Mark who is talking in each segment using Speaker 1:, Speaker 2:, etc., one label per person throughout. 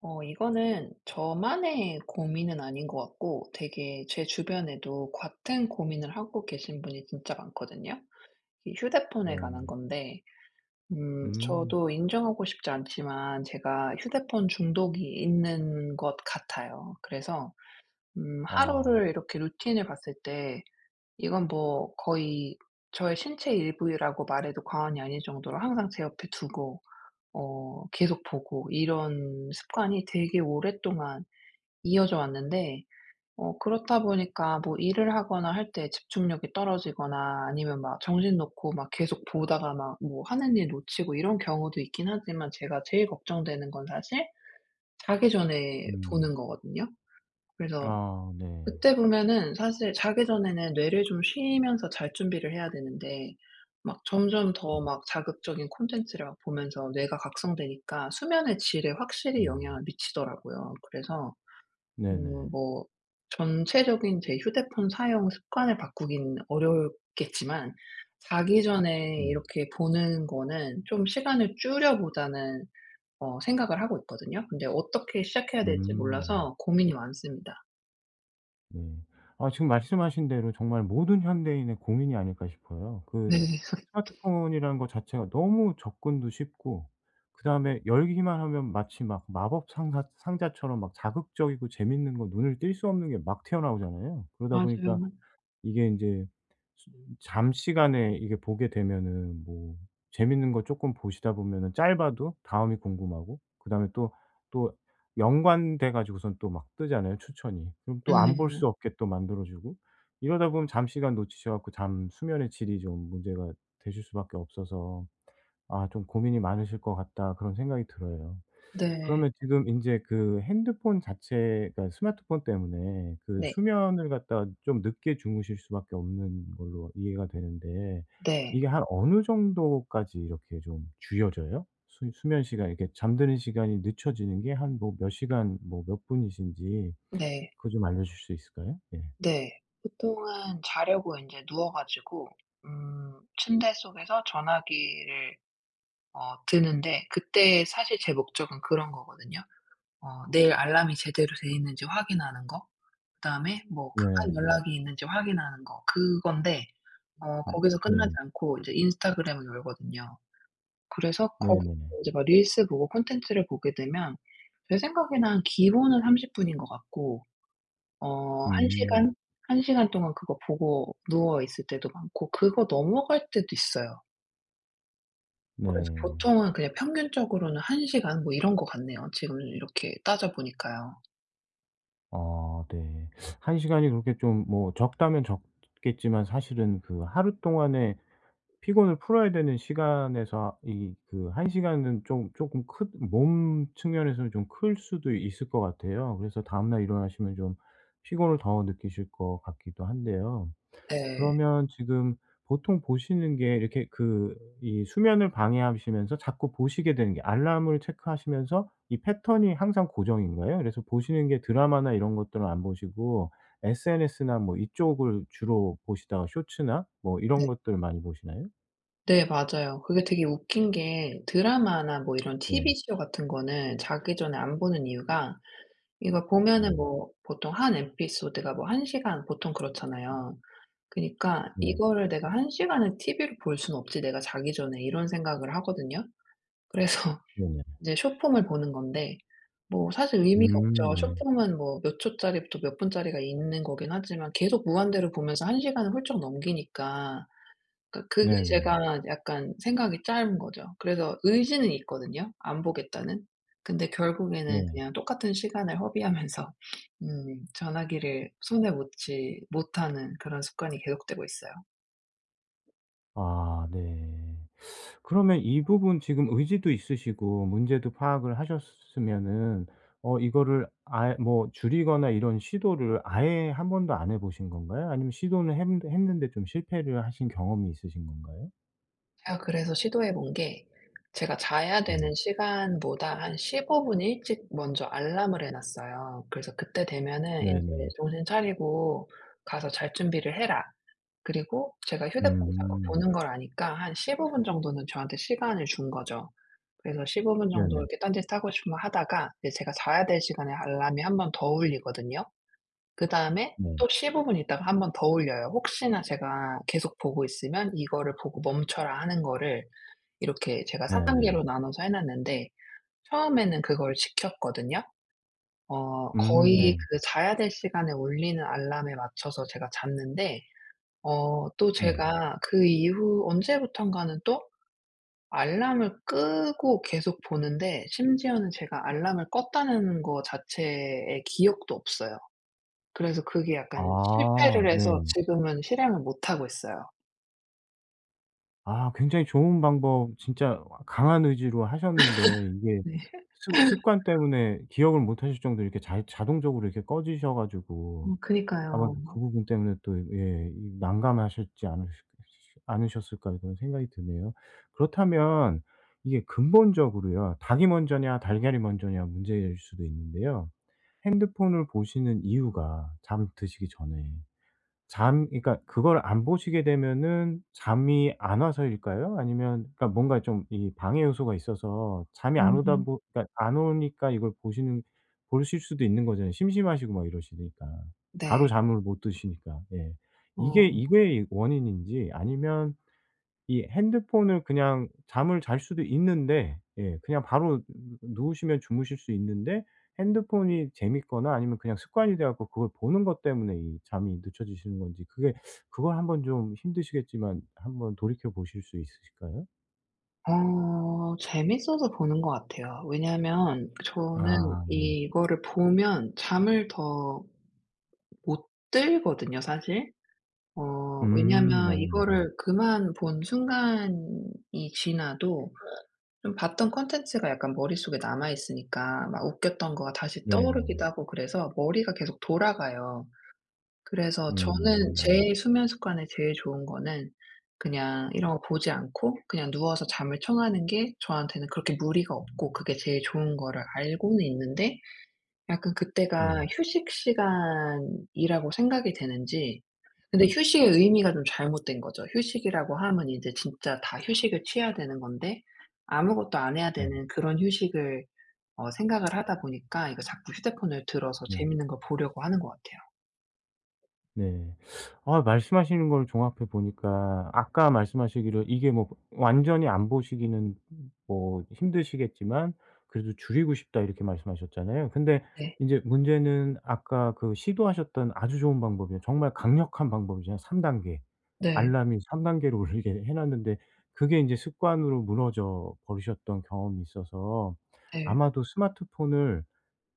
Speaker 1: 이거는 저만의 고민은 아닌 것 같고, 되게 제 주변에도 같은 고민을 하고 계신 분이 진짜 많거든요. 이 휴대폰에 관한
Speaker 2: 네네.
Speaker 1: 건데,
Speaker 2: 음.
Speaker 1: 저도 인정하고 싶지 않지만 제가 휴대폰 중독이 있는 것 같아요. 그래서
Speaker 2: 아.
Speaker 1: 하루를 이렇게 루틴을 봤을 때, 이건 뭐 거의 저의 신체 일부라고 말해도 과언이 아닐 정도로 항상 제 옆에 두고 계속 보고, 이런 습관이 되게 오랫동안 이어져 왔는데, 그렇다 보니까 뭐 일을 하거나 할 때 집중력이 떨어지거나, 아니면 막 정신 놓고 막 계속 보다가 막 뭐 하는 일 놓치고, 이런 경우도 있긴 하지만, 제가 제일 걱정되는 건 사실 자기 전에
Speaker 2: 음.
Speaker 1: 보는 거거든요. 그래서
Speaker 2: 아 네.
Speaker 1: 그때 보면은, 사실 자기 전에는 뇌를 좀 쉬면서 잘 준비를 해야 되는데, 막 점점
Speaker 2: 음.
Speaker 1: 더 막 자극적인 콘텐츠를 막 보면서 뇌가 각성되니까 수면의 질에 확실히
Speaker 2: 음.
Speaker 1: 영향을 미치더라고요. 그래서
Speaker 2: 네네.
Speaker 1: 뭐 전체적인 제 휴대폰 사용 습관을 바꾸긴 어렵겠지만, 자기 전에
Speaker 2: 네.
Speaker 1: 이렇게 보는 거는 좀 시간을 줄여 보자는 생각을 하고 있거든요. 근데 어떻게 시작해야 될지
Speaker 2: 음.
Speaker 1: 몰라서 고민이 많습니다.
Speaker 2: 네. 네. 아, 지금 말씀하신 대로 정말 모든 현대인의 고민이 아닐까 싶어요. 예,
Speaker 1: 네.
Speaker 2: 스마트폰이라는 거 자체가 너무 접근도 쉽고, 그다음에 열기만 하면 마치 막 마법 상자 상자처럼 막 자극적이고 재밌는 거 눈을 뗄 수 없는 게 막 튀어나오잖아요. 그러다 보니까
Speaker 1: 맞아요.
Speaker 2: 이게 인제 잠시간에 이게 보게 되면은 뭐 재밌는 거 쪼끔 보시다 보면은 짧아도 다음이 궁금하고, 그다음에 또 연관돼 가지고선 또 막 뜨잖아요, 추천이. 그럼 또 안 볼 수
Speaker 1: 예.
Speaker 2: 없게 또 만들어 주고. 이러다 보면 잠시간 놓치셔 갖고 잠 수면의 질이 좀 문제가 되실 수밖에 없어서 '아 좀 고민이 많으실 것 같다.' 그런 생각이 들어요.
Speaker 1: 네. 네.
Speaker 2: 그러면 지금 인제 그 핸드폰 자체가 스마트폰 때문에 그
Speaker 1: 네.
Speaker 2: 수면을 갖다가 좀 늦게 주무실 수밖에 없는 걸로 이해가 되는데
Speaker 1: 네.
Speaker 2: 이게 한 어느 정도까지 이렇게 좀 줄여져요? 수 수면 시간, 이렇게 잠드는 시간이 늦춰지는 게 한 뭐 몇 시간 뭐 몇 분이신지
Speaker 1: 네.
Speaker 2: 그거 좀 알려 주실 수 있을까요? 예.
Speaker 1: 네. 보통은 자려고 이제 누워 가지고, 침대 속에서 전화기를 드는데, 그때 사실 제 목적은 그런 거거든요. 내일 알람이 제대로 돼 있는지 확인하는 거, 그다음에 뭐 급한
Speaker 2: 네.
Speaker 1: 연락이 있는지 확인하는 거, 그건데
Speaker 2: 음
Speaker 1: 거기서 끝나지
Speaker 2: 네.
Speaker 1: 않고 이제 인스타그램을 열거든요. 그래서 거기서
Speaker 2: 네네네.
Speaker 1: 이제 막 릴스 보고 콘텐츠를 보게 되면, 제 생각에는 기본은 30 분인 것 같고, 한
Speaker 2: 음.
Speaker 1: 시간, 1 시간 동안 그거 보고 누워 있을 때도 많고, 그거 넘어갈 때도 있어요. 그래서
Speaker 2: 네.
Speaker 1: 보통은 그냥 평균적으로는 1 시간, 뭐 이런 것 같네요, 지금 이렇게 따져 보니까요.
Speaker 2: 아 네. 1시간 시간이 그렇게 좀 뭐 적다면 적겠지만 사실은 그 하루 동안에 피곤을 풀어야 되는 시간에서 이 그 1시간 시간은 좀 조금 크 몸 측면에서는 좀 클 수도 있을 것 같아요. 그래서 다음날 일어나시면 좀 피곤을 더 느끼실 것 같기도 한데요.
Speaker 1: 네.
Speaker 2: 그러면 지금 보통 보시는 게 이렇게 그 이 수면을 방해하시면서 자꾸 보시게 되는 게 알람을 체크하시면서 이 패턴이 항상 고정인가요? 그래서 보시는 게 드라마나 이런 것들은 안 보시고 SNS나 뭐 이쪽을 주로 보시다가 쇼츠나 뭐 이런
Speaker 1: 네.
Speaker 2: 것들을 많이 보시나요?
Speaker 1: 네, 맞아요. 그게 되게 웃긴 게, 드라마나 뭐 이런
Speaker 2: 네.
Speaker 1: TV 쇼 같은 거는 자기 전에 안 보는 이유가, 이거 보면은
Speaker 2: 음.
Speaker 1: 뭐 보통 한 에피소드가 뭐 1 시간, 보통 그렇잖아요. 그니까
Speaker 2: 네.
Speaker 1: '이거를 내가 1 시간을 TV로 볼 수는 없지, 내가 자기 전에.' 이런 생각을 하거든요. 그래서
Speaker 2: 네네.
Speaker 1: 이제 숏폼을 보는 건데, 뭐 사실 의미가 없죠.
Speaker 2: 네.
Speaker 1: 숏폼은 뭐 몇 초짜리부터 몇 분짜리가 있는 거긴 하지만, 계속 무한대로 보면서 한 시간을 훌쩍 넘기니까, 그러니까 그게
Speaker 2: 네네.
Speaker 1: 제가 약간 생각이 짧은 거죠. 그래서 의지는 있거든요, 안 보겠다는. 근데 결국에는
Speaker 2: 네.
Speaker 1: 그냥 똑같은 시간을 허비하면서 전화기를 손에 놓지 못하는 그런 습관이 계속되고 있어요.
Speaker 2: 아 네. 그러면 이 부분, 지금 의지도 있으시고 문제도 파악을 하셨으면은 이거를 아예 뭐 줄이거나 이런 시도를 아예 한 번도 안 해 보신 건가요? 아니면 시도는 했는데 좀 실패를 하신 경험이 있으신 건가요?
Speaker 1: 제가 그래서 시도해 본 게, 제가 자야
Speaker 2: 네.
Speaker 1: 되는 시간보다 한 15분 일찍 먼저 알람을 해 놨어요. 그래서 그때 되면은 인제
Speaker 2: 네네.
Speaker 1: "정신 차리고 가서 잘 준비를 해라." 그리고 제가 휴대폰을 자꾸
Speaker 2: 음.
Speaker 1: 보는 걸 아니까 한 15분 정도는 저한테 시간을 준 거죠. 그래서 15분 정도
Speaker 2: 네네.
Speaker 1: 이렇게 딴짓하고 싶으면 하다가, 이제 제가 자야 될 시간에 알람이 한 번 더 울리거든요. 그다음에
Speaker 2: 네.
Speaker 1: 또 15분 있다가 한 번 더 울려요. 혹시나 제가 계속 보고 있으면 이거를 보고 멈춰라 하는 거를, 이렇게 제가 3
Speaker 2: 네네.
Speaker 1: 단계로 나눠서 해 놨는데, 처음에는 그걸 지켰거든요. 네. 거의
Speaker 2: 네.
Speaker 1: 그 자야 될 시간에 울리는 알람에 맞춰서 제가 잤는데, 또
Speaker 2: 네.
Speaker 1: 제가 그 이후 언제부턴가는 또 알람을 끄고 계속 보는데, 심지어는 제가 알람을 껐다는 거 자체의 기억도 없어요. 그래서 그게 약간
Speaker 2: 아
Speaker 1: 실패를 해서
Speaker 2: 네.
Speaker 1: 지금은 실행을 못 하고 있어요.
Speaker 2: 아, 굉장히 좋은 방법 진짜 강한 의지로 하셨는데, 이게
Speaker 1: 네.
Speaker 2: 습 습관 때문에 기억을 못 하실 정도로 이렇게 자 자동적으로 이렇게 꺼지셔 가지고 아마도
Speaker 1: 그니까요.
Speaker 2: 그 부분 때문에 또 예 이 난감하셨지 않으셨을까 그런 생각이 드네요. 그렇다면 이게 근본적으로요, 닭이 먼저냐 달걀이 먼저냐 문제일 수도 있는데요. 핸드폰을 보시는 이유가 잠드시기 전에 잠 그러니까 그걸 안 보시게 되면은 잠이 안 와서일까요? 아니면 그러니까 뭔가 좀 이 방해 요소가 있어서 잠이 안 오다
Speaker 1: 음.
Speaker 2: 보 그러니까 안 오니까 이걸 보시는 보실 수도 있는 거잖아요. 심심하시고 막 이러시니까. 바로
Speaker 1: 네.
Speaker 2: 잠을 못 드시니까. 예. 이게
Speaker 1: 어.
Speaker 2: 이게 원인인지 아니면 이 핸드폰을 그냥 잠을 잘 수도 있는데 예 그냥 바로 누우시면 주무실 수 있는데 핸드폰이 재밌거나 아니면 그냥 습관이 돼 갖고 그걸 보는 것 때문에 이 잠이 늦춰지시는 건지, 그게 그걸 한번 좀 힘드시겠지만 한번 돌이켜 보실 수 있으실까요?
Speaker 1: 재밌어서 보는 것 같아요. 왜냐하면 저는
Speaker 2: 아 네.
Speaker 1: 이거를 보면 잠을 더 못 들거든요, 사실. 왜냐하면
Speaker 2: 네.
Speaker 1: 이거를 그만 본 순간이 지나도 좀 봤던 콘텐츠가 약간 머릿속에 남아 있으니까, 막 웃겼던 거가 다시
Speaker 2: 네네.
Speaker 1: 떠오르기도 하고, 그래서 머리가 계속 돌아가요. 그래서 저는
Speaker 2: 네.
Speaker 1: 제 수면 습관에 제일 좋은 거는, 그냥 이런 거 보지 않고 그냥 누워서 잠을 청하는 게 저한테는 그렇게 무리가 없고, 그게 제일 좋은 거를 알고는 있는데, 약간
Speaker 2: 네.
Speaker 1: 그때가 휴식 시간이라고 생각이 되는지. 근데 휴식의 의미가 좀 잘못된 거죠. 휴식이라고 하면 이제 진짜 다 휴식을 취해야 되는 건데, 아무것도 안 해야
Speaker 2: 네.
Speaker 1: 되는 그런 휴식을 생각을 하다 보니까, 이거 자꾸 휴대폰을 들어서
Speaker 2: 네.
Speaker 1: 재밌는 걸 보려고 하는 것 같아요.
Speaker 2: 네. 아, 말씀하시는 걸 종합해 보니까 아까 말씀하시기를 이게 뭐 완전히 안 보시기는 뭐 힘드시겠지만 그래도 "줄이고 싶다." 이렇게 말씀하셨잖아요. 근데
Speaker 1: 네.
Speaker 2: 인제 문제는 아까 그 시도하셨던 아주 좋은 방법이에요. 정말 강력한 방법이잖아요. 3단계 단계.
Speaker 1: 네.
Speaker 2: 알람이 3단계 단계로 울리게 해 놨는데 그게 인제 습관으로 무너져 버리셨던 경험이 있어서
Speaker 1: 네.
Speaker 2: 아마도 스마트폰을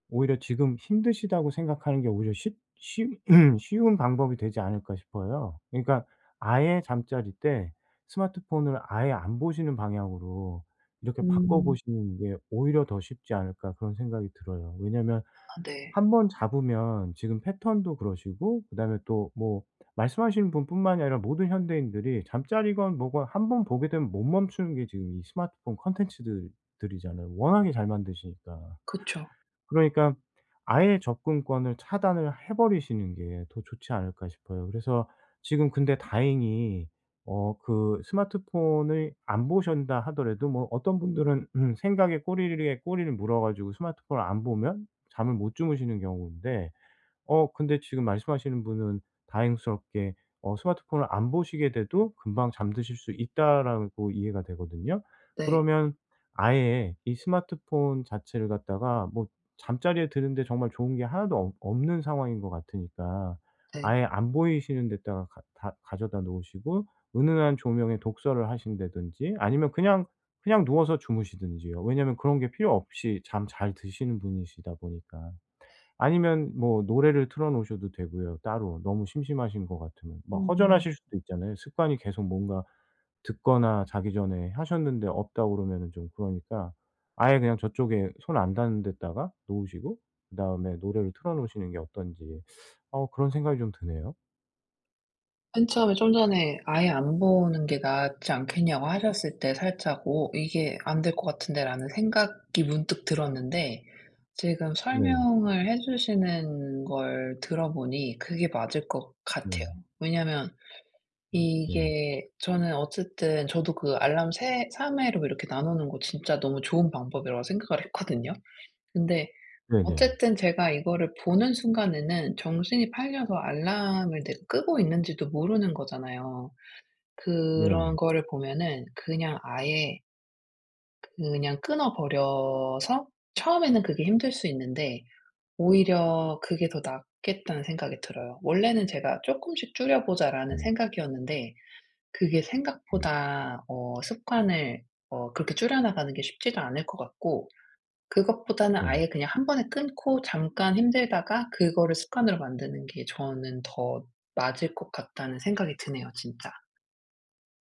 Speaker 2: 오히려 지금 힘드시다고 생각하는 게 오히려 쉽 쉬 쉬운 방법이 되지 않을까 싶어요. 그러니까 아예 잠자리 때 스마트폰을 아예 안 보시는 방향으로 이렇게 바꿔
Speaker 1: 음.
Speaker 2: 보시는 게 오히려 더 쉽지 않을까 그런 생각이 들어요. 왜냐면
Speaker 1: 아, 네.
Speaker 2: 한번 잡으면 지금 패턴도 그러시고 그다음에 또 뭐 말씀하시는 분뿐만이 아니라 모든 현대인들이 잠자리건 뭐건 한번 보게 되면 못 멈추는 게 지금 이 스마트폰 컨텐츠 들이잖아요, 워낙에 잘 만드시니까.
Speaker 1: 그쵸.
Speaker 2: 그러니까 아예 접근권을 차단을 해 버리시는 게 더 좋지 않을까 싶어요. 그래서 지금 근데 다행히 그 스마트폰을 안 보신다 하더라도 뭐 어떤 분들은 생각 꼬리에 꼬리를 물어 가지고 스마트폰을 안 보면 잠을 못 주무시는 경우인데 근데 지금 말씀하시는 분은 다행스럽게 스마트폰을 안 보시게 돼도 금방 잠드실 수 있다라고 이해가 되거든요.
Speaker 1: 네.
Speaker 2: 그러면 아예 이 스마트폰 자체를 갖다가 뭐 잠자리에 드는데 정말 좋은 게 하나도 없 없는 상황인 것 같으니까
Speaker 1: 네.
Speaker 2: 아예 안 보이시는 데다가 가 다 가져다 놓으시고 은은한 조명에 독서를 하신다든지 아니면 그냥, 그냥 누워서 주무시든지요. 왜냐면 그런 게 필요 없이 잠 잘 드시는 분이시다 보니까. 아니면 뭐 노래를 틀어 놓으셔도 되고요, 따로. 너무 심심하신 것 같으면. 막
Speaker 1: 음.
Speaker 2: 허전하실 수도 있잖아요. 습관이 계속 뭔가 듣거나 자기 전에 하셨는데 없다고 그러면은 좀 그러니까 아예 그냥 저쪽에 손 안 닿는 데다가 놓으시고 그다음에 노래를 틀어 놓으시는 게 어떤지 그런 생각이 좀 드네요.
Speaker 1: 맨 처음에 좀 전에 "아예 안 보는 게 낫지 않겠냐."고 하셨을 때 살짝 '오, 이게 안 될 것 같은데.'라는 생각이 문득 들었는데, 지금
Speaker 2: 네.
Speaker 1: 설명을 해 주시는 걸 들어보니 그게 맞을 것
Speaker 2: 네.
Speaker 1: 같아요. 왜냐면
Speaker 2: 네.
Speaker 1: 이게, 저는 어쨌든 저도 그 알람 세 3 회로 이렇게 나누는 거, 진짜 너무 좋은 방법이라고 생각을 했거든요. 근데
Speaker 2: 네네.
Speaker 1: 어쨌든 제가 이거를 보는 순간에는 정신이 팔려서 알람을 내가 끄고 있는지도 모르는 거잖아요.
Speaker 2: 네네.
Speaker 1: 그런 거를 보면은 그냥 아예 그냥 끊어 버려서, 처음에는 그게 힘들 수 있는데 오히려 그게 더 낫겠다는 생각이 들어요. 원래는 제가 '쪼끔씩 줄여 보자.'라는
Speaker 2: 네.
Speaker 1: 생각이었는데, 그게
Speaker 2: 네.
Speaker 1: 생각보다 습관을 그렇게 줄여나가는 게 쉽지도 않을 것 같고, 그것보다는
Speaker 2: 네.
Speaker 1: 아예 그냥 한 번에 끊고 잠깐 힘들다가 그거를 습관으로 만드는 게 저는 더 맞을 것 같다는 생각이 드네요, 진짜.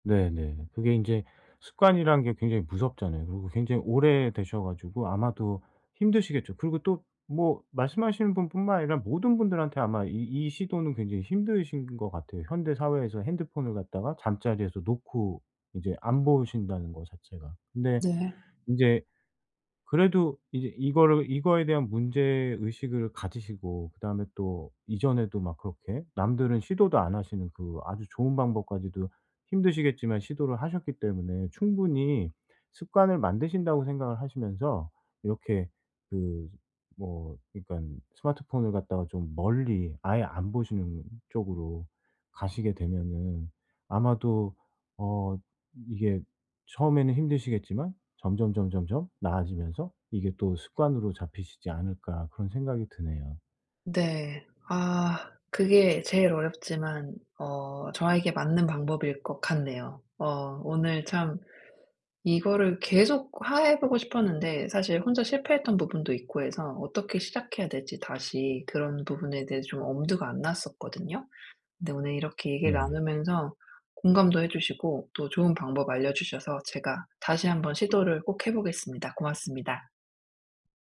Speaker 2: 네네. 그게 인제 습관이란 게 굉장히 무섭잖아요. 그리고 굉장히 오래되셔 가지고 아마도 힘드시겠죠. 그리고 또 뭐 말씀하시는 분뿐만 아니라 모든 분들한테 아마 이 시도는 굉장히 힘드신 것 같아요. 현대 사회에서 핸드폰을 갖다가 잠자리에서 놓고 이제 안 보신다는 거 자체가. 근데
Speaker 1: 네.
Speaker 2: 인제 그래도 이제 이거를 이거에 대한 문제 의식을 가지시고 그다음에 또 이전에도 막 그렇게 남들은 시도도 안 하시는 그 아주 좋은 방법까지도 힘드시겠지만 시도를 하셨기 때문에 충분히 습관을 만드신다고 생각을 하시면서 이렇게 그 뭐 그러니까 스마트폰을 갖다가 좀 멀리 아예 안 보시는 쪽으로 가시게 되면은 아마도 어 이게 처음에는 힘드시겠지만 점점점 나아지면서 이게 또 습관으로 잡히시지 않을까 그런 생각이 드네요.
Speaker 1: 네. 아, 그게 제일 어렵지만 저에게 맞는 방법일 것 같네요. 오늘 참 이거를 계속 하해 보고 싶었는데, 사실 혼자 실패했던 부분도 있고 해서 어떻게 시작해야 될지, 다시 그런 부분에 대해서 좀 엄두가 안 났었거든요. 근데 오늘 이렇게 얘기를
Speaker 2: 네.
Speaker 1: 나누면서 공감도 해 주시고 또 좋은 방법 알려 주셔서, 제가 다시 한번 시도를 꼭 해 보겠습니다. 고맙습니다.